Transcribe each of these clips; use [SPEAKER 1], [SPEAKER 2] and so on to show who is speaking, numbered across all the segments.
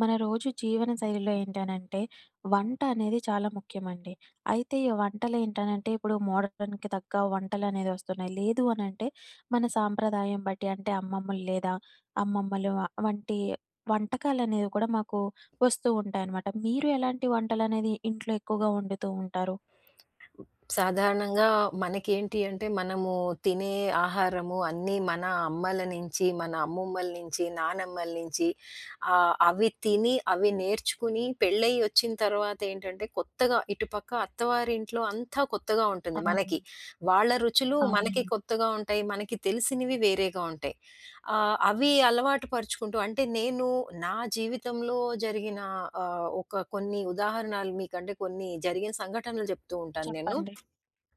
[SPEAKER 1] మన రోజు జీవన శైలిలో ఏంటనంటే వంట అనేది చాలా ముఖ్యమండి. అయితే ఈ వంటలు ఏంటనంటే ఇప్పుడు మోడర్న్‌కి తగ్గ వంటలనేవి వస్తున్నాయి. లేదు అనంటే మన సాంప్రదాయం బట్టి అంటే అమ్మమ్మలు లేదా వంటి వంటకాలనేవి కూడా మాకు వస్తూ ఉంటాయనమాట. మీరు ఎలాంటి వంటలనేది ఇంట్లో ఎక్కువగా వండుతూ ఉంటారు?
[SPEAKER 2] సాధారణంగా మనకేంటి అంటే, మనము తినే ఆహారము అన్నీ మన అమ్మల నుంచి, మన అమ్మమ్మల నుంచి, నానమ్మల నుంచి, అవి తిని, అవి నేర్చుకుని పెళ్ళయ్యి వచ్చిన తర్వాత ఏంటంటే, కొత్తగా ఇటుపక్క అత్తవారింట్లో అంతా కొత్తగా ఉంటుంది
[SPEAKER 1] అవును.
[SPEAKER 2] మనకి. వాళ్ళ రుచులు మనకి
[SPEAKER 1] అవునండి.
[SPEAKER 2] కొత్తగా ఉంటాయి. మనకి తెలిసినవి వేరేగా ఉంటాయి. అవి అలవాటు పరుచుకుంటూ అంటే నేను నా జీవితంలో జరిగిన ఒక కొన్ని ఉదాహరణలు మీకంటే కొన్ని జరిగిన సంఘటనలు చెప్తూ ఉంటాను నేను.
[SPEAKER 1] చెప్పండి.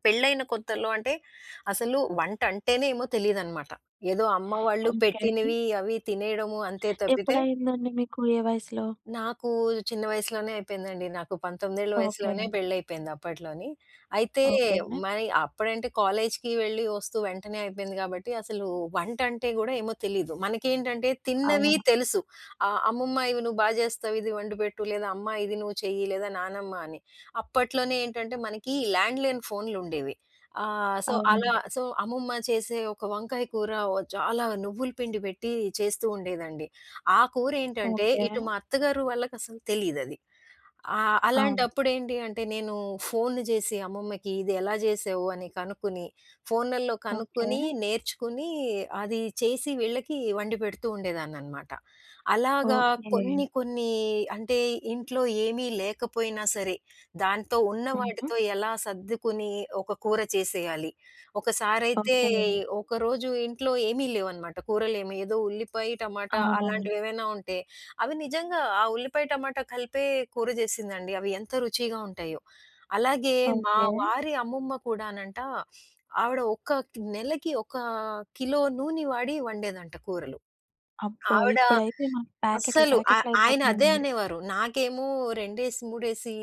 [SPEAKER 2] పెళ్ళైన కొత్తల్లో అంటే అసలు వంట అంటేనేమో తెలీదనమాట. ఏదో అమ్మ వాళ్ళు
[SPEAKER 1] ఓకే.
[SPEAKER 2] పెట్టినవి అవి తినేయడము అంతే తప్పితే
[SPEAKER 1] ఎప్పుడయిందండి మీకు ఏ వయసులో?
[SPEAKER 2] నాకు చిన్న వయసులోనే అయిపోయిందండి. నాకు 19 ఏళ్ల
[SPEAKER 1] ఓకే.
[SPEAKER 2] వయసులోనే పెళ్లయిపోయింది అప్పట్లోని. అయితే
[SPEAKER 1] ఓకే.
[SPEAKER 2] మరి అప్పుడంటే కాలేజ్‌కి వెళ్లి వస్తూ వెంటనే అయిపోయింది కాబట్టి అసలు వంటంటే గూడా ఏమో తెలీదు. మనకేంటంటే తిన్నవి
[SPEAKER 1] అవును.
[SPEAKER 2] తెలుసు. అమ్మమ్మ ఇవి నువ్వు బా జేస్తావు ఇది వండిపెట్టు, లేదా అమ్మ ఇది నువ్వు చెయ్యి, లేదా నానమ్మ అని. అప్పట్లోనే ఏంటంటే మనకి ల్యాండ్‌లైన్ ఫోన్‌లుండేవి. ఆహ్, సో, అలా
[SPEAKER 1] అవునండి.
[SPEAKER 2] సో, అమ్మమ్మ చేసే ఒక వంకాయ కూర చాలా నువ్వుల పిండి పెట్టి చేస్తూ ఉండేదండి. ఆ కూర ఏంటంటే
[SPEAKER 1] ఓకే.
[SPEAKER 2] ఇటు మా అత్తగారు వాళ్ళకసలు తెలీదది.
[SPEAKER 1] అవును.
[SPEAKER 2] అలాంటప్పుడేంటి అంటే నేను ఫోన్లు జేసి అమ్మమ్మకి ఇది ఎలా జేసావు అని కనుక్కొని, ఫోన్లల్లో
[SPEAKER 1] ఓకే.
[SPEAKER 2] కనుక్కొని, నేర్చుకుని అది చేసి వీళ్ళకి వండి పెడుతూ ఉండేదాన్ననమాట. అలాగా ఓకే.
[SPEAKER 1] ఓకే.
[SPEAKER 2] కొన్ని కొన్ని అంటే ఇంట్లో ఏమీ లేకపోయినా సరే, దాంతో ఉన్న
[SPEAKER 1] హుహు.
[SPEAKER 2] వాటితో ఎలా సర్దుకుని ఒక కూర చేసేయాలి. ఒకసారైతే
[SPEAKER 1] ఓకే.
[SPEAKER 2] ఒకరోజు ఇంట్లో ఏమీ లేవనమాట. కూరలేమి ఏదో ఉల్లిపాయ, టమాటా
[SPEAKER 1] అవునండి.
[SPEAKER 2] అలాంటివేవైనా ఉంటే, అవి నిజంగా ఆ ఉల్లిపాయ, టమాటా కలిపే కూర జేసిందండి. అవి ఎంత రుచిగా ఉంటాయో. అలాగే మా
[SPEAKER 1] ఓకే.
[SPEAKER 2] వారి అమ్మమ్మ కూడానంట, ఆవిడ ఒక్క నెలకి ఒక కిలో నూనె వాడి వండేదంట కూరలు.
[SPEAKER 1] అబ్బో!
[SPEAKER 2] ఆవిడ
[SPEAKER 1] ఇప్పుడైతే మనకి ప్యాకెట్లు
[SPEAKER 2] అస్సలు ఆ ఆయన అదే
[SPEAKER 1] ప్యాకెట్లయిపోతున్నాయండి.
[SPEAKER 2] అనేవారు. నాకేమో రెండేసి, మూడేసి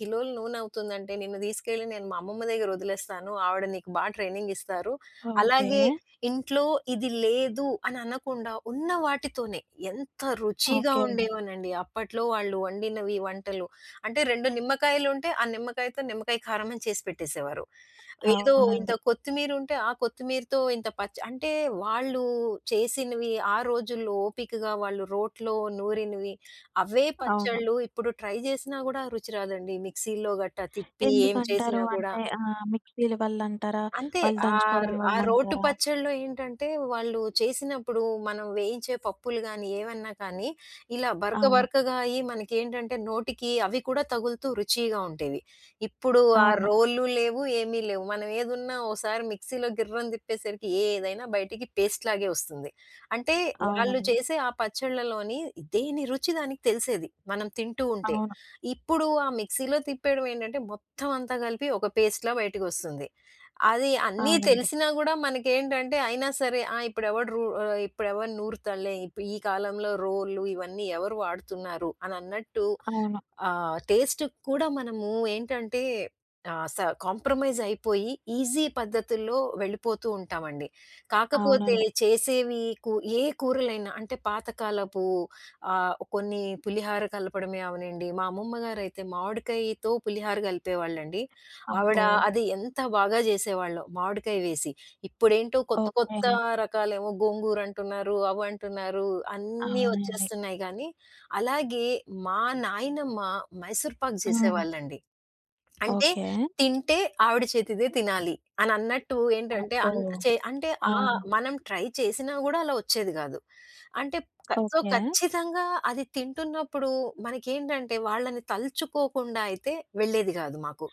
[SPEAKER 2] కిలోలు నూనవుతుందంటే నిన్ను తీసుకెళ్ళి నేను మా అమ్మమ్మ దగ్గర వదిలేస్తాను. ఆవిడ నీకు బా ట్రైనింగ్ ఇస్తారు.
[SPEAKER 1] ఓకే.
[SPEAKER 2] అలాగే హ్మ్. ఇంట్లో ఇది లేదు అని అనకుండా ఉన్న వాటితోనే ఎంత రుచిగా
[SPEAKER 1] ఓకే.
[SPEAKER 2] ఉండేవోనండి. అప్పట్లో వాళ్ళు వండినవి వంటలు. అంటే 2 నిమ్మకాయలుంటే ఆ నిమ్మకాయతో నిమ్మకాయ కారం అని చేసి పెట్టేసేవారు. ఏదో ఇంత
[SPEAKER 1] అవునండి.
[SPEAKER 2] కొత్తిమీర ఉంటే, ఆ కొత్తిమీరతో ఇంత పచ్చ అంటే వాళ్ళు చేసినవి ఆ రోజుల్లో ఓపికగా వాళ్ళు రోట్లో నూరినవి అవే
[SPEAKER 1] అవును.
[SPEAKER 2] పచ్చళ్ళు ఇప్పుడు ట్రై చేసినా గూడా రుచి రాదండి. మిక్సీలో గట్టా తిప్పి ఏం
[SPEAKER 1] ఎందుకంటారు
[SPEAKER 2] చేసినా గూడా.
[SPEAKER 1] అంటే మిక్సీల వల్లంటారా?
[SPEAKER 2] అంతే.
[SPEAKER 1] వాళ్ళు దంచుకోవడం
[SPEAKER 2] ఆ రోటు
[SPEAKER 1] వల్లంటారా?
[SPEAKER 2] పచ్చడిలో ఏంటంటే, వాళ్ళు చేసినప్పుడు మనం వేయించే పప్పులు గానీ, ఏవన్నా కానీ, ఇలా బరక
[SPEAKER 1] అవును.
[SPEAKER 2] బరకగా అయ్యి మనకేంటంటే, నోటికి అవి కూడా తగులుతూ రుచిగా ఉండేవి. ఇప్పుడు ఆ
[SPEAKER 1] అవును.
[SPEAKER 2] రోళ్ళు లేవు, ఏమీ లేవు. మనం ఏదున్నా ఓసారి మిక్సీలో గిర్రని తిప్పేసరికి ఏదైనా బయటికి పేస్ట్ లాగే వస్తుంది. అంటే, వాళ్ళు
[SPEAKER 1] అవునండి.
[SPEAKER 2] చేసే ఆ పచ్చళ్ళలోని దేని రుచి దానికి తెలిసేది, మనం తింటూ ఉంటే.
[SPEAKER 1] అవును.
[SPEAKER 2] ఇప్పుడు ఆ మిక్సీలో తిప్పేయడం ఏంటంటే, మొత్తం అంతా కలిపి ఒక పేస్ట్‌లా బయటికొస్తుంది. అది అన్నీ
[SPEAKER 1] అవునండి.
[SPEAKER 2] తెలిసినా గూడా మనకేంటంటే అయినా సరే ఆ! ఇప్పుడెవడు నూరుతడులే. ఈ కాలంలో రోళ్ళు ఇవన్నీ ఎవరు వాడుతున్నారు అనన్నట్టు
[SPEAKER 1] అవును.
[SPEAKER 2] టేస్ట్ కూడా మనము ఏంటంటే ఆహ్, స కాంప్రమైజ్ అయిపోయి ఈజీ పద్ధతుల్లో వెళ్ళిపోతూ ఉంటామండి. కాకపోతే
[SPEAKER 1] అవునండి.
[SPEAKER 2] చేసేవి కు ఏ కూరలైనా అంటే పాతకాలపు కొన్ని పులిహార కలపడమే అవనండి. మా అమ్మమ్మ గారైతే మామిడికాయతో పులిహార కలిపేవాళ్ళండి. ఆవిడ
[SPEAKER 1] అబ్బో!
[SPEAKER 2] ఓకే. అది ఎంత బాగా చేసేవాళ్ళో మామిడికాయ వేసి. ఇప్పుడేంటో కొత్త కొత్త
[SPEAKER 1] ఓకే.
[SPEAKER 2] రకాలేమో గోంగూర అంటున్నారు, అవంటున్నారు అన్నీ
[SPEAKER 1] అవునండి.
[SPEAKER 2] వచ్చేస్తున్నాయి గానీ అలాగే మా నాయనమ్మ మైసూర్ పాక్
[SPEAKER 1] హ్మ్.
[SPEAKER 2] చేసేవాళ్ళండి. అంటే
[SPEAKER 1] ఓకే.
[SPEAKER 2] తింటే ఆవిడ చేతిదే తినాలి అనన్నట్టు ఏంటంటే
[SPEAKER 1] అబ్బో!
[SPEAKER 2] అన్ చే అంటే
[SPEAKER 1] ఆ!
[SPEAKER 2] మనం ట్రై చేసినా గూడా అలా వచ్చేది గాదు. అంటే
[SPEAKER 1] ఓకే.
[SPEAKER 2] ఖచ్చితంగా అది తింటున్నప్పుడు మనకేంటంటే వాళ్ళని తలుచుకోకుండా అయితే వెళ్ళేది గాదు మాకు.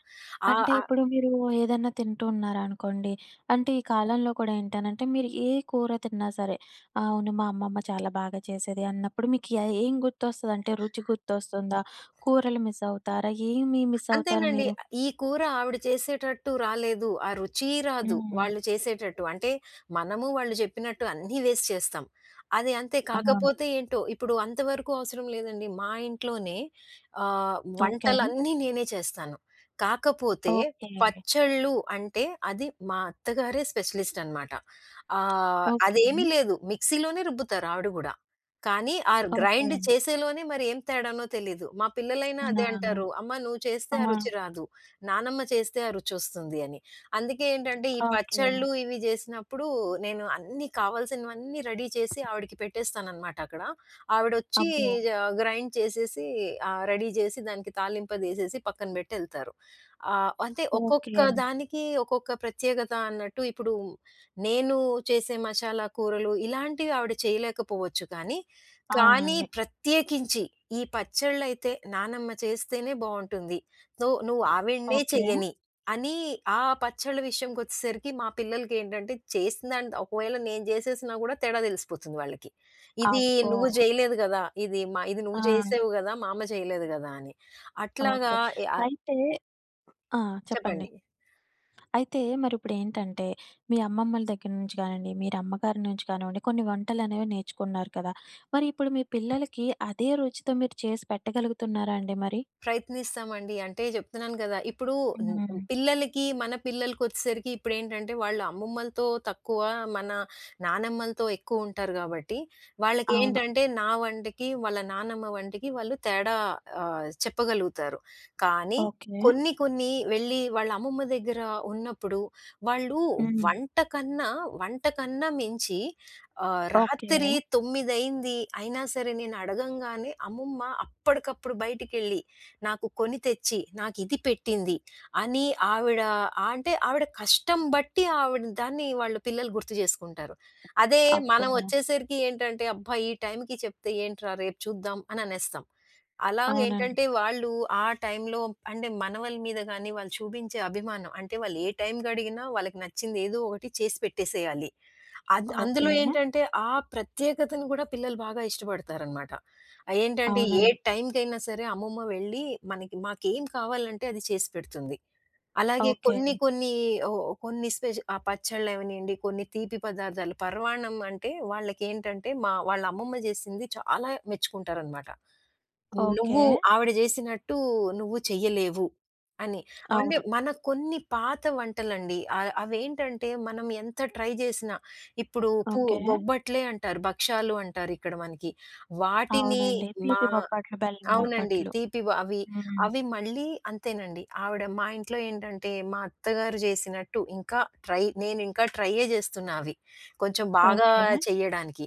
[SPEAKER 2] ఆహ్,
[SPEAKER 1] అంటే
[SPEAKER 2] ఆ
[SPEAKER 1] ఇప్పుడు మీరు ఏదన్నా తింటూ ఉన్నారనుకోండి. అంటే ఈ కాలంలో కూడా ఏంటనంటే మీరు ఏ కూర తిన్నా సరే, "ఆ, అవును మా అమ్మమ్మ చాలా బాగా చేసేది అన్నప్పుడు మీకు ఏం గుర్తొస్తది? అంటే రుచి గుర్తొస్తుందా? కూరలు మిస్ అవుతారా? ఏమి మిస్ అవుతారు
[SPEAKER 2] అంతేనండి.
[SPEAKER 1] మీరు?
[SPEAKER 2] ఈ కూర ఆవిడ చేసేటట్టు రాలేదు. ఆ రుచి రాదు
[SPEAKER 1] హ్మ్.
[SPEAKER 2] వాళ్ళు చేసేటట్టు. అంటే మనము వాళ్ళు చెప్పినట్టు అన్నీ వేసి చేస్తాం. అది అంతే
[SPEAKER 1] అవును.
[SPEAKER 2] కాకపోతే ఏంటో ఇప్పుడు అంతవరకు అవసరం లేదండి. మా ఇంట్లోనే
[SPEAKER 1] ఓకే.
[SPEAKER 2] వంటలన్నీ నేనే చేస్తాను. కాకపోతే
[SPEAKER 1] ఓకే.
[SPEAKER 2] పచ్చళ్ళు అంటే అది మా అత్తగారే స్పెషలిస్ట్ అనమాట.
[SPEAKER 1] ఓకే.
[SPEAKER 2] అదేమీ లేదు మిక్సీలోనే రుబ్బుతారు ఆవిడ గూడా. కానీ ఆ
[SPEAKER 1] ఓకే.
[SPEAKER 2] గ్రైండ్ చేసేలోనే మరి ఏం తేడానో తెలీదు. మా పిల్లలైనా
[SPEAKER 1] ఆ!
[SPEAKER 2] అదే అంటారు. "అమ్మ నువ్వు చేస్తే
[SPEAKER 1] ఆ!
[SPEAKER 2] ఆ రుచి రాదు. నానమ్మ చేస్తే ఆ రుచొస్తుంది" అని. అందుకే ఏంటంటే ఈ
[SPEAKER 1] ఓకే.
[SPEAKER 2] పచ్చళ్ళు ఇవి జేసినప్పుడు నేను అన్నీ కావాల్సినవన్నీ రెడీ చేసి ఆవిడకి పెట్టేస్తాననమాట అక్కడ. ఆవిడొచ్చి
[SPEAKER 1] అబ్బో!
[SPEAKER 2] జ గ్రైండ్ చేసేసి రెడీ జేసి దానికి తాలింపదేసేసి పక్కన బెట్టెళ్తారు. అంటే ఒక్కొక్క
[SPEAKER 1] ఓకే.
[SPEAKER 2] దానికి ఒక్కొక్క ప్రత్యేకత అన్నట్టు ఇప్పుడు నేను చేసే మసాలా కూరలు ఇలాంటివి ఆవిడ చేయలేకపోవచ్చు కానీ, కానీ
[SPEAKER 1] అవునండి.
[SPEAKER 2] ప్రత్యేకించి ఈ పచ్చళ్ళైతే నానమ్మ చేస్తేనే బావుంటుంది. సో, నువ్వు ఆవిడనే
[SPEAKER 1] ఓకే.
[SPEAKER 2] చెయ్యని అని ఆ పచ్చళ్ళ విషయంకొచ్చేసరికి మా పిల్లలకేంటంటే చేసిందంటే ఒకవేళ నేను జేసేసినా గూడా తేడా తెలిసిపోతుంది వాళ్ళకి. ఇది
[SPEAKER 1] అబ్బో!
[SPEAKER 2] నువ్వు జేయలేదు గదా! ఇది మా ఇది
[SPEAKER 1] ఆ!
[SPEAKER 2] నువ్వు జేసావు గదా! మా అమ్మ చేయలేదు గదా! అని. అట్లాగా
[SPEAKER 1] ఓకే.
[SPEAKER 2] ఎ ఆహ్,
[SPEAKER 1] అయితే ఆ! చెప్పండి.
[SPEAKER 2] చెప్పండి.
[SPEAKER 1] అయితే మరిప్పుడేంటంటే, మీ అమ్మమ్మల దగ్గర నుంచి గానియండి, మీరు అమ్మగారి నుంచి కానివ్వండి, కొన్ని వంటలనేవి నేర్చుకున్నారు కదా! మరి ఇప్పుడు మీ పిల్లలకి అదే రుచితో మీరు చేసి పెట్టగలుగుతున్నారా అండి మరి?
[SPEAKER 2] ప్రయత్నిస్తామండి. అంటే చెప్తున్నాను గదా! ఇప్పుడు హ్మ్,
[SPEAKER 1] హ్మ్.
[SPEAKER 2] పిల్లలకి మన పిల్లలకొచ్చేసరికి ఇప్పుడేంటంటే వాళ్ళు అమ్మమ్మలతో తక్కువ, మన నానమ్మలతో ఎక్కువుంటారు గాబట్టి,
[SPEAKER 1] అవును.
[SPEAKER 2] వాళ్ళకేంటంటే నా వంటకి, వాళ్ళ నానమ్మ వంటకి వాళ్ళు తేడా చెప్పగలుగుతారు. కానీ
[SPEAKER 1] ఓకే.
[SPEAKER 2] కొన్ని కొన్ని వెళ్లి వాళ్ళ అమ్మమ్మ దగ్గర ఉన్నప్పుడు వాళ్ళు
[SPEAKER 1] హ్మ్.
[SPEAKER 2] వంట కన్నా, వంట కన్నా మించి
[SPEAKER 1] ఓకే.
[SPEAKER 2] రాత్రి 9:00 అయింది. అయినా సరే నేను అడగంగానే అమ్మమ్మ అప్పటికప్పుడు బయటికెళ్ళి నాకు కొని తెచ్చి, నాకు ఇది పెట్టింది అని ఆవిడ అంటే ఆవిడ కష్టం బట్టి ఆవిడ దాన్ని వాళ్ళు పిల్లలు గుర్తు చేసుకుంటారు. అదే
[SPEAKER 1] అబ్బో!
[SPEAKER 2] మనం వచ్చేసరికి ఏంటంటే, అబ్బా! ఈ టైంకి చెప్తే ఏంట్రా రేపు చూద్దాం అని అనేస్తాం.
[SPEAKER 1] అవునండి.
[SPEAKER 2] అలాగేంటంటే వాళ్ళు ఆ టైంలో అంటే మనవల మీద గాని, వాళ్ళు చూపించే అభిమానం అంటే వాళ్ళు ఏ టైంకడిగినా వాళ్ళకి నచ్చింది ఏదో ఒకటి చేసి పెట్టేసేయాలి. అందులో
[SPEAKER 1] ఓకే.
[SPEAKER 2] ఏంటంటే, ఆ ప్రత్యేకతను గూడా పిల్లలు బాగా ఇష్టపడతారనమాట. ఏంటంటే, ఏ
[SPEAKER 1] అవునండి.
[SPEAKER 2] టైంకైనా సరే అమ్మమ్మ వెళ్ళి మనకి మాకేం కావాలంటే అది చేసి పెడుతుంది. అలాగే
[SPEAKER 1] ఓకే.
[SPEAKER 2] కొన్ని కొన్ని ఓ కొన్ని స్పెషల్ ఆ పచ్చళ్ళవనియండి, కొన్ని తీపి పదార్థాలు పరవాన్నం అంటే వాళ్ళకేంటంటే మా వాళ్ళ అమ్మమ్మ జేసింది చాలా మెచ్చుకుంటారనమాట. "నువ్వు
[SPEAKER 1] ఓకే.
[SPEAKER 2] ఆవిడ జేసినట్టు నువ్వు చెయ్యలేవు" అని. అంటే
[SPEAKER 1] అవును.
[SPEAKER 2] మన కొన్ని పాత వంటలండి. అవేంటంటే మనం ఎంత ట్రై జేసినా ఇప్పుడు
[SPEAKER 1] ఓకే.
[SPEAKER 2] బొబ్బట్లే అంటారు, భక్షాలు అంటారిక్కడ మనకి. వాటిని
[SPEAKER 1] అవునండి.
[SPEAKER 2] మా
[SPEAKER 1] తీపి బొప్పట్లు, బెల్లం
[SPEAKER 2] అవునండి.
[SPEAKER 1] బొప్పట్లు.
[SPEAKER 2] తీపివి అవి.
[SPEAKER 1] హ్మ్.
[SPEAKER 2] అవి మళ్ళీ అంతేనండి. ఆవిడ మా ఇంట్లో ఏంటంటే, మా అత్తగారు చేసినట్టు ఇంకా నేనింకా ట్రైయే జేస్తున్నా అవి. కొంచెం బాగా
[SPEAKER 1] ఓకే.
[SPEAKER 2] చెయ్యడానికి.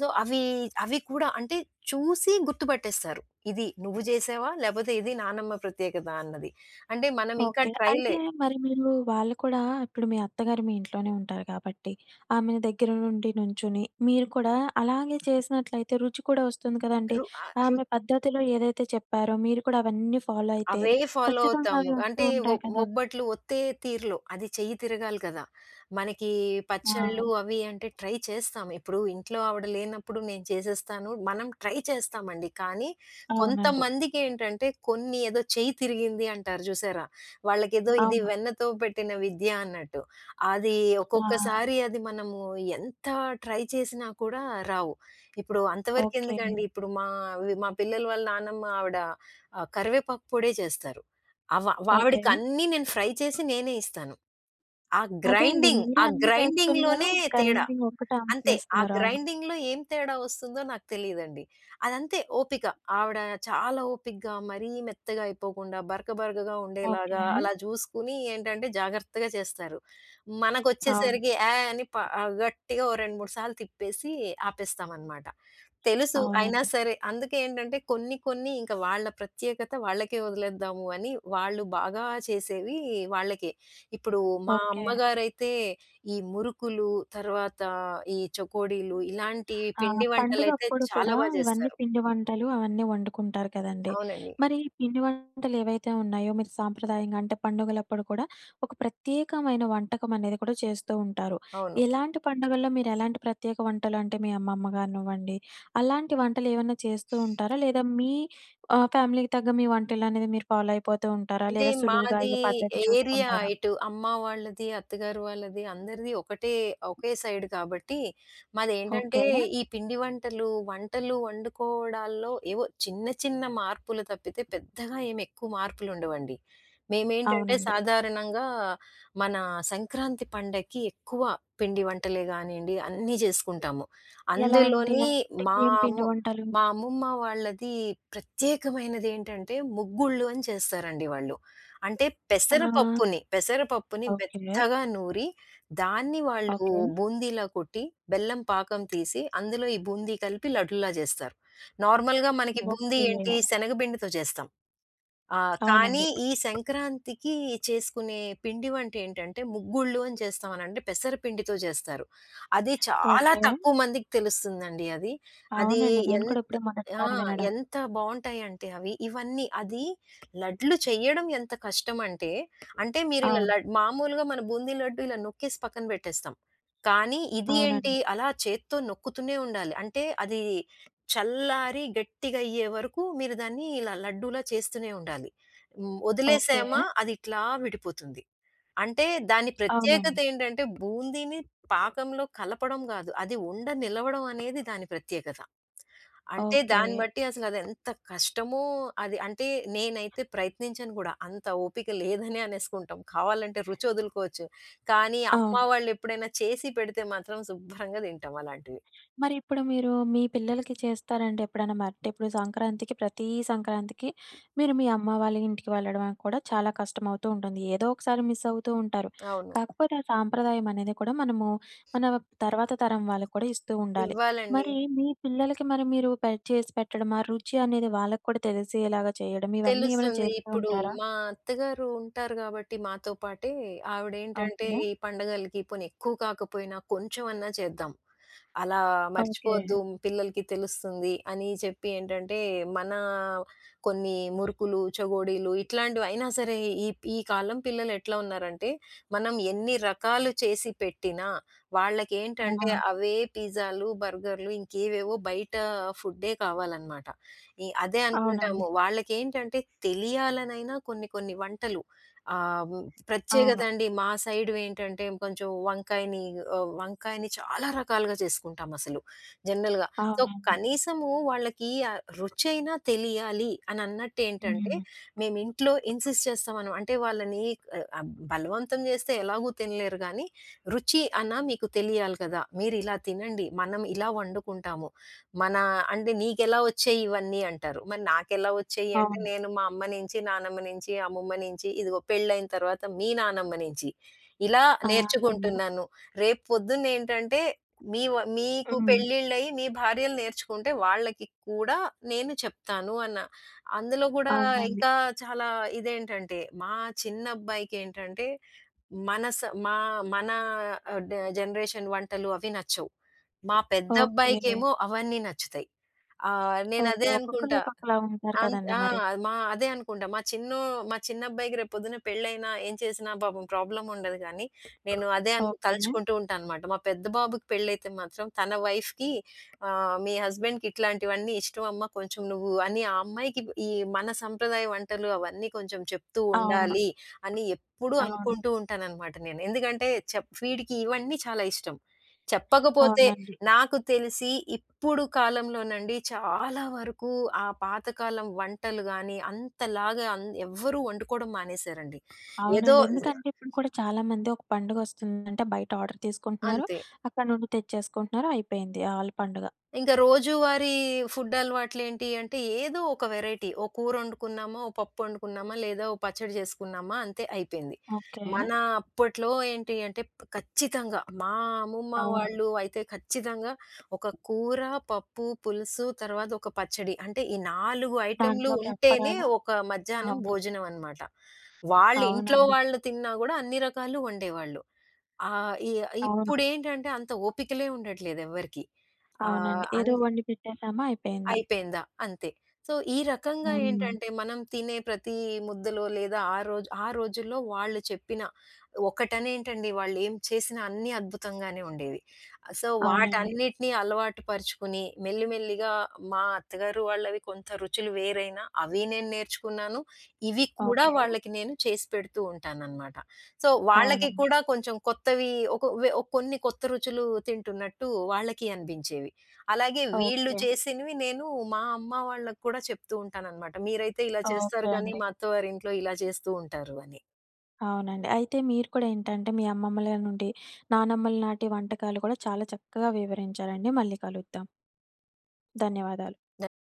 [SPEAKER 2] సో, అవి అవి కూడా అంటే చూసి గుర్తుపట్టేస్తారు. ఇది నువ్వు జేసావా? లేపోతే ఇది నానమ్మ ప్రత్యేకత అన్నది. అంటే మనం ఇంకా
[SPEAKER 1] ఓకే. అయితే
[SPEAKER 2] ట్రైలే.
[SPEAKER 1] మరి మీరు వాళ్ళు కూడా ఇప్పుడు మీ అత్తగారు మీ ఇంట్లోనే ఉంటారు కాబట్టి, ఆమెని దగ్గర నుండి నుంచుని, మీరు కూడా అలాగే చేసినట్లయితే రుచి కూడా వస్తుంది కదండీ!
[SPEAKER 2] రు ఆహ్, రు
[SPEAKER 1] ఆమె పద్ధతిలో ఏదైతే చెప్పారో మీరు కూడా అవన్నీ ఫాలో అయితే
[SPEAKER 2] అవే ఫాలో
[SPEAKER 1] ఖచ్చితంగా
[SPEAKER 2] అవుతాము.
[SPEAKER 1] అవి వస్తూ
[SPEAKER 2] అంటే ఒ
[SPEAKER 1] ఉంటాయి కదా!
[SPEAKER 2] ఒబ్బట్లు ఒత్తే తీరులో. అది చెయ్యి తిరగాలి కదా! మనకి పచ్చళ్ళు
[SPEAKER 1] ఆ!
[SPEAKER 2] అవి అంటే ట్రై చేస్తాం. ఇప్పుడు ఇంట్లో ఆవిడ లేనప్పుడు నేను చేసేస్తాను. మనం ట్రై చేస్తామండి. కానీ
[SPEAKER 1] అవునండి.
[SPEAKER 2] కొంతమందికేంటంటే కొన్ని ఏదో చెయ్యి తిరిగింది అంటారు చూసారా? వాళ్ళకేదో ఇది
[SPEAKER 1] అవును.
[SPEAKER 2] వెన్నతో పెట్టిన విద్య అన్నట్టు. అది
[SPEAKER 1] ఆ!
[SPEAKER 2] ఒక్కొక్కసారి అది మనము ఎంత ట్రై చేసినా కూడా రావు. ఇప్పుడు
[SPEAKER 1] ఓకే.
[SPEAKER 2] అంతవరకెందుకండి ఇప్పుడు మా మా పిల్లల వాళ్ళ నానమ్మ ఆవిడ ఆ! కరివేపాకు పొడే చేస్తారు. అవ
[SPEAKER 1] ఓకే.
[SPEAKER 2] ఆవిడకన్నీ నేను ఫ్రై చేసి నేనే ఇస్తాను.
[SPEAKER 1] అదే అండి. మీరే
[SPEAKER 2] ఆ
[SPEAKER 1] అన్నీ చేస్తున్నారు.
[SPEAKER 2] గ్రైండింగ్‌లోనే తేడా.
[SPEAKER 1] గ్రైండింగ్
[SPEAKER 2] హ్మ్.
[SPEAKER 1] ఒక్కటే ఆమె
[SPEAKER 2] అంతే. ఆ
[SPEAKER 1] చేస్తున్నారు. అవును.
[SPEAKER 2] గ్రైండింగ్‌లో ఏం తేడా వస్తుందో నాకు తెలీదండి. అదంతే ఓపిక. ఆవిడ చాలా ఓపికగా, మరీ మెత్తగా అయిపోకుండా, బరక బరకగా
[SPEAKER 1] ఓకే.
[SPEAKER 2] ఉండేలాగా అలా జూసుకుని ఏంటంటే జాగ్రత్తగా చేస్తారు.
[SPEAKER 1] అవును.
[SPEAKER 2] మనకొచ్చేసరికి ఏ అని ప ఆహ్, గట్టిగా ఓ 2, 3 సార్లు తిప్పేసి ఆపేస్తామనమాట. తెలుసు అయినా
[SPEAKER 1] అవునండి.
[SPEAKER 2] సరే. అందుకే ఏంటంటే కొన్ని కొన్ని ఇంక వాళ్ళ ప్రత్యేకత వాళ్ళకే వదిలేద్దాము అని వాళ్ళు బాగా చేసేవి వాళ్ళకే ఇప్పుడు మా
[SPEAKER 1] ఓకే.
[SPEAKER 2] అమ్మగారైతే ఈ మురుకులు, తర్వాత ఈ చకోడీలు ఇలాంటి
[SPEAKER 1] ఆ!
[SPEAKER 2] పిండి వంటలైతే
[SPEAKER 1] పండుగప్పుడు
[SPEAKER 2] చాలా
[SPEAKER 1] కూడా
[SPEAKER 2] బా
[SPEAKER 1] ఇవన్నీ
[SPEAKER 2] జేస్తారు.
[SPEAKER 1] పిండి వంటలు అవన్నీ వండుకుంటారు కదండీ!
[SPEAKER 2] అవునండి.
[SPEAKER 1] మరి ఈ పిండి వంటలు ఏవైతే ఉన్నాయో మీరు సాంప్రదాయంగా అంటే పండుగలప్పుడు కూడా ఒక ప్రత్యేకమైన వంటకం అనేది కూడా చేస్తూ ఉంటారు.
[SPEAKER 2] అవును.
[SPEAKER 1] ఎలాంటి పండుగల్లో మీరు ఎలాంటి ప్రత్యేక వంటలు అంటే మీ అమ్మమ్మ గానివ్వండి, అలాంటి వంటలు ఏమన్నా చేస్తూ ఉంటారా? లేదా మీ ఫ్యామిలీకి తగ్గ మీ వంటలనేది మీరు ఫాలో అయిపోతూ ఉంటారా?
[SPEAKER 2] అంటే
[SPEAKER 1] లేదా సులువుగా
[SPEAKER 2] మాది
[SPEAKER 1] అయ్యే పద్ధతి
[SPEAKER 2] ఏరియా
[SPEAKER 1] చూసుకుంటారా?
[SPEAKER 2] ఇటు అమ్మ వాళ్ళది, అత్తగారు వాళ్ళది అందరిది ఒకటే ఒకే సైడ్ కాబట్టి, మాదేంటంటే
[SPEAKER 1] ఓకే.
[SPEAKER 2] ఈ వంటలు వండుకోవడాల్లో ఏవో చిన్న చిన్న మార్పులు తప్పితే పెద్దగా ఏమి ఎక్కువ మార్పులుండవండి. మేమేంటంటే
[SPEAKER 1] అవునండి.
[SPEAKER 2] సాధారణంగా మన సంక్రాంతి పండక్కి ఎక్కువ పిండి వంటలే గానియండి అన్నీ జేసుకుంటాము.
[SPEAKER 1] ఎలాంటి
[SPEAKER 2] అందులోని
[SPEAKER 1] అంటే
[SPEAKER 2] మా
[SPEAKER 1] ఏం పిండి
[SPEAKER 2] అమ్ము
[SPEAKER 1] వంటలు?
[SPEAKER 2] మా అమ్మమ్మ వాళ్ళది ప్రత్యేకమైనదేంటంటే ముగ్గుళ్ళు అని చేస్తారండి వాళ్ళు. అంటే
[SPEAKER 1] ఆ!
[SPEAKER 2] పెసరపప్పుని
[SPEAKER 1] ఓకే.
[SPEAKER 2] మెత్తగా నూరి, దాన్ని వాళ్ళు
[SPEAKER 1] ఓకే.
[SPEAKER 2] బూందీలా కొట్టి, బెల్లం పాకం తీసి, అందులో ఈ బూందీ కలిపి లడ్డులా చేస్తారు. నార్మల్‌గా మనకి బూందీ
[SPEAKER 1] ఓకే.
[SPEAKER 2] ఏంటి శనగపిండితో చేస్తాం. ఆ! కానీ
[SPEAKER 1] అవునండి.
[SPEAKER 2] ఈ సంక్రాంతికి చేసుకునే పిండి వంట ఏంటంటే, ముగ్గుళ్ళు అని చేస్తాం అని అంటే పెసరపిండితో చేస్తారు. అది చాలా
[SPEAKER 1] ఓకే.
[SPEAKER 2] తక్కువ మందికి తెలుస్తుందండి అది. అది
[SPEAKER 1] అవునండి. నేను
[SPEAKER 2] ఎన్
[SPEAKER 1] కూడా ఇప్పుడే
[SPEAKER 2] ఆ!
[SPEAKER 1] మొదటిసారి వినడం.
[SPEAKER 2] ఎంత బావుంటాయంటే అవి. ఇవన్నీ అది లడ్లు చెయ్యడం ఎంత కష్టమంటే, అంటే మీరిలా
[SPEAKER 1] అవును.
[SPEAKER 2] లడ్ మామూలుగా మన బూందీ లడ్డు ఇలా నొక్కేసి పక్కన పెట్టేస్తాం. కానీ ఇది ఏంటి
[SPEAKER 1] అవునండి.
[SPEAKER 2] అలా చేత్తో నొక్కుతూనే ఉండాలి. అంటే అది చల్లారి గట్టిగయ్యే వరకు మీరు దాన్ని ఇలా లడ్డూలా చేస్తూనే ఉండాలి. హ్మ్.
[SPEAKER 1] ఓకే.
[SPEAKER 2] వదిలేసామా అది ఇట్లా విడిపోతుంది. అంటే దాని ప్రత్యేకత
[SPEAKER 1] అవునండి.
[SPEAKER 2] ఏంటంటే బూందీని పాకంలో కలపడం గాదు. అది ఉండ నిలవడం అనేది దాని ప్రత్యేకత. అంటే
[SPEAKER 1] ఓకే.
[SPEAKER 2] దాన్ని బట్టి అసలదెంత కష్టమో అది అంటే నేనైతే ప్రయత్నించను గూడా. అంత ఓపిక లేదనే అనేసుకుంటాం. కావాలంటే రుచొదులుకోవచ్చు. కానీ
[SPEAKER 1] అవును.
[SPEAKER 2] అమ్మ వాళ్ళెప్పుడైనా చేసి పెడితే మాత్రం శుభ్రంగా తింటాం అలాంటివి.
[SPEAKER 1] మరి ఇప్పుడు మీరు మీ పిల్లలకి చేస్తారండి ఎప్పుడైనా మరి? అంటే ఇప్పుడు సంక్రాంతికి ప్రతి సంక్రాంతికి మీరు మీ అమ్మ వాళ్ళ ఇంటికి వెళ్ళడం అనేది కూడా చాలా కష్టమవుతూ ఉంటుంది. ఏదో ఒకసారి మిస్ అవుతూ ఉంటారు.
[SPEAKER 2] అవును.
[SPEAKER 1] కాకపోతే ఆ సాంప్రదాయం అనేది కూడా మనము మన తర్వాత తరం వాళ్ళకి కూడా ఇస్తూ ఉండాలి.
[SPEAKER 2] ఇవ్వాలండి.
[SPEAKER 1] మరి మీ పిల్లలకి మరి మీరు చేసి పెట్టడం, ఆ రుచి అనేది వాళ్ళకి కూడా తెలిసేలాగా చేయడం ఇవన్నీ ఏమైనా
[SPEAKER 2] తెలుస్తుంది.
[SPEAKER 1] చేస్తూ
[SPEAKER 2] ఇప్పుడు
[SPEAKER 1] ఉంటారా?
[SPEAKER 2] మా అత్తగారు ఉంటారు గాబట్టి మాతో పాటే, ఆవిడేంటంటే
[SPEAKER 1] ఓకే.
[SPEAKER 2] ఈ పండగలకి పోనీ ఎక్కువ కాకపోయినా కొంచెం అన్నా చేద్దాం. అలా
[SPEAKER 1] ఓకే.
[SPEAKER 2] మర్చిపోవద్దు పిల్లలకి తెలుస్తుంది అని చెప్పి ఏంటంటే, మన కొన్ని మురుకులు, చగోడీలు ఇట్లాంటివయినా సరే ఈ ఈ కాలం పిల్లలెట్లా ఉన్నారంటే, మనం ఎన్ని రకాలు చేసి పెట్టినా
[SPEAKER 1] ఆ!
[SPEAKER 2] వాళ్ళకేంటంటే అవే పిజ్జాలు, బర్గర్‌లు ఇంకేవేవో బయట ఫుడ్డే కావాలనమాట. ఈ అదే అనుకుంటాము.
[SPEAKER 1] అవునండి.
[SPEAKER 2] వాళ్ళకేంటంటే తెలియాలనైనా కొన్ని కొన్ని వంటలు ప్రత్యేకత
[SPEAKER 1] అవును.
[SPEAKER 2] అండి. మా సైడ్ ఏంటంటే వంకాయని చాలా రకాలుగా చేసుకుంటామసలు జనరల్‌గా. సో,
[SPEAKER 1] అవునండి.
[SPEAKER 2] కనీసము వాళ్ళకి ఆ రుచైనా తెలియాలి అని అన్నట్టేంటంటే
[SPEAKER 1] హ్మ్.
[SPEAKER 2] మేము ఇంట్లో ఇన్సిస్ట్ చేస్తామనమా అంటే వాళ్ళని బలవంతం చేస్తే ఎలాగూ తినలేరు గానీ, రుచి అన్నా మీకు తెలియాలి కదా! మీరు ఇలా తినండి. మనం ఇలా వండుకుంటాము. మన అంటే "నీకెలా వచ్చాయి ఇవన్నీ" అంటారు. మరి నాకెలా వచ్చాయి అంటే,
[SPEAKER 1] అవును.
[SPEAKER 2] నేను మా అమ్మ నుంచి, నానమ్మ నుంచి, అమ్మమ్మ నుంచి, ఇదిగో పెళ్ళైన తర్వాత మీ నానమ్మ నుంచి ఇలా
[SPEAKER 1] ఆ!
[SPEAKER 2] నేర్చుకుంటున్నాను. రేపు పొద్దున్నేంటంటే మీ వ మీకు
[SPEAKER 1] హ్మ్.
[SPEAKER 2] పెళ్ళిళ్ళయి మీ భార్యలు నేర్చుకుంటే వాళ్ళకి కూడా నేను చెప్తాను అన్న. అందులో గూడా
[SPEAKER 1] అవునండి.
[SPEAKER 2] ఇంకా చాలా ఇదేంటంటే, మా చిన్నబ్బాయికేంటంటే మన స మా మన ఆహ్, డ జనరేషన్ వంటలు అవి నచ్చవు. మా
[SPEAKER 1] ఓకే.
[SPEAKER 2] పెద్దబ్బాయికేమో అవన్నీ నచ్చుతాయి.
[SPEAKER 1] ఓకే.
[SPEAKER 2] నేనదే
[SPEAKER 1] ఒక్కొక్కళ్ళు
[SPEAKER 2] అనుకుంటా.
[SPEAKER 1] ఒక్కొక్కలా ఉంటారు
[SPEAKER 2] అంత్
[SPEAKER 1] కదండీ
[SPEAKER 2] ఆ!
[SPEAKER 1] మరి.
[SPEAKER 2] మా అదే అనుకుంటా. మా చిన్నబ్బాయికి రేపు పొద్దున్న పెళ్ళైనా, ఏం చేసినా పాపం ప్రాబ్లమ్ ఉండదు గానీ, నేను అదే అను
[SPEAKER 1] ఓకే.
[SPEAKER 2] తలుచుకుంటూ ఉంటానన్నమాట. మా పెద్ద బాబుకి పెళ్ళైతే మాత్రం తన వైఫ్‌కి "మీ హస్బెండ్‌కి ఇట్లాంటివన్నీ ఇష్టం అమ్మా కొంచెం నువ్వు" అని ఆ అమ్మాయికి ఈ మన సంప్రదాయ వంటలు అవన్నీ కొంచెం చెప్తూ
[SPEAKER 1] అవును.
[SPEAKER 2] ఉండాలి అని ఎప్పుడూ
[SPEAKER 1] అవును.
[SPEAKER 2] అనుకుంటూ ఉంటానన్నమాట నేను. ఎందుకంటే వీడికి ఇవన్నీ చాలా ఇష్టం. చెప్పకపోతే
[SPEAKER 1] అవునండి.
[SPEAKER 2] నాకు తెలిసి ఇప్పుడు కాలంలోనండి చాలా వరకు ఆ పాతకాలం వంటలు గాని అంతలాగా ఎవ్వరూ వండుకోవడం మానేశారండి. ఏదో
[SPEAKER 1] అవునండి. ఎందుకంటే ఇప్పుడు కూడా చాలా మంది ఒక పండుగొస్తుందంటే బయట ఆర్డర్ తీసుకుంటున్నారు.
[SPEAKER 2] అంతే.
[SPEAKER 1] అక్కడ నుండి తెచ్చేసుకుంటున్నారు. అయిపోయింది. ఆళ్ళ పండుగ.
[SPEAKER 2] ఇంకా రోజువారీ ఫుడ్ అలవాట్లేంటి అంటే, ఏదో ఒక వెరైటీ. ఓ కూరొండుకున్నామా, ఓ పప్పొండుకున్నామా, లేదా ఓ పచ్చడి చేసుకున్నామా అంతే అయిపోయింది.
[SPEAKER 1] ఓకే.
[SPEAKER 2] మన అప్పట్లో ఏంటి అంటే ఖచ్చితంగా మా అమ్మమ్మ
[SPEAKER 1] అవును.
[SPEAKER 2] వాళ్ళు అయితే ఖచ్చితంగా ఒక కూర, పప్పు, పులుసు తర్వాత ఒక పచ్చడి. అంటే ఈ 4 ఐటెమ్‌లు
[SPEAKER 1] దాంట్లోకి
[SPEAKER 2] ఉంటేనే
[SPEAKER 1] అప్పడాలు.
[SPEAKER 2] ఒక మధ్యాహ్నం
[SPEAKER 1] అవును.
[SPEAKER 2] భోజనం అన్నమాట. వాళ్ళ ఇంట్లో
[SPEAKER 1] అవునండి.
[SPEAKER 2] వాళ్ళు తిన్నా గూడా అన్ని రకాలు వండేవాళ్ళు. ఆ! ఇ
[SPEAKER 1] అవును.
[SPEAKER 2] ఇప్పుడేంటంటే అంత ఓపికలే ఉండట్లేదు ఎవ్వరికీ. ఆహ్,
[SPEAKER 1] అవునండి.
[SPEAKER 2] అన్
[SPEAKER 1] ఏదో వండి పెట్టేసామా అయిపోయిందా.
[SPEAKER 2] అయిపోయిందా? అంతే. సో, ఈ రకంగా హ్మ్.
[SPEAKER 1] హ్మ్.
[SPEAKER 2] ఏంటంటే, మనం తినే ప్రతి ముద్దలో లేదా ఆ రోజుల్లో వాళ్ళు చెప్పిన ఒకటనేంటండి వాళ్ళేం చేసినా అన్నీ అద్భుతంగానే ఉండేవి. సో,
[SPEAKER 1] అవునండి.
[SPEAKER 2] వాటన్నిటిని అలవాటు పరుచుకుని మెల్లిమెల్లిగా మా అత్తగారు వాళ్ళవి కొంత రుచులు వేరైనా అవి నేను నేర్చుకున్నాను. ఇవి కూడా
[SPEAKER 1] ఓకే.
[SPEAKER 2] వాళ్ళకి నేను చేసి పెడుతూ ఉంటాననమాట. సో, వాళ్ళకి
[SPEAKER 1] అవునండి.
[SPEAKER 2] కూడా కొంచెం కొత్తవి ఒక వె కొన్ని కొత్త రుచులు తింటున్నట్టు వాళ్ళకి అనిపించేవి. అలాగే వీళ్ళు
[SPEAKER 1] ఓకే.
[SPEAKER 2] చేసినవి నేను మా అమ్మ వాళ్ళకి కూడా చెప్తూ ఉంటాననమాట. మీరైతే ఇలా చేస్తారు
[SPEAKER 1] ఓకే
[SPEAKER 2] కానీ,
[SPEAKER 1] అండి.
[SPEAKER 2] మా అత్తవారింట్లో ఇలా చేస్తూ ఉంటారు అని.
[SPEAKER 1] అవునండి. అయితే మీరు కూడా ఏంటంటే, మీ అమ్మమ్మల నుండి, నానమ్మల నాటి వంటకాలు కూడా చాలా చక్కగా వివరించారండి. మళ్ళీ కలుద్దాం. ధన్యవాదాలు.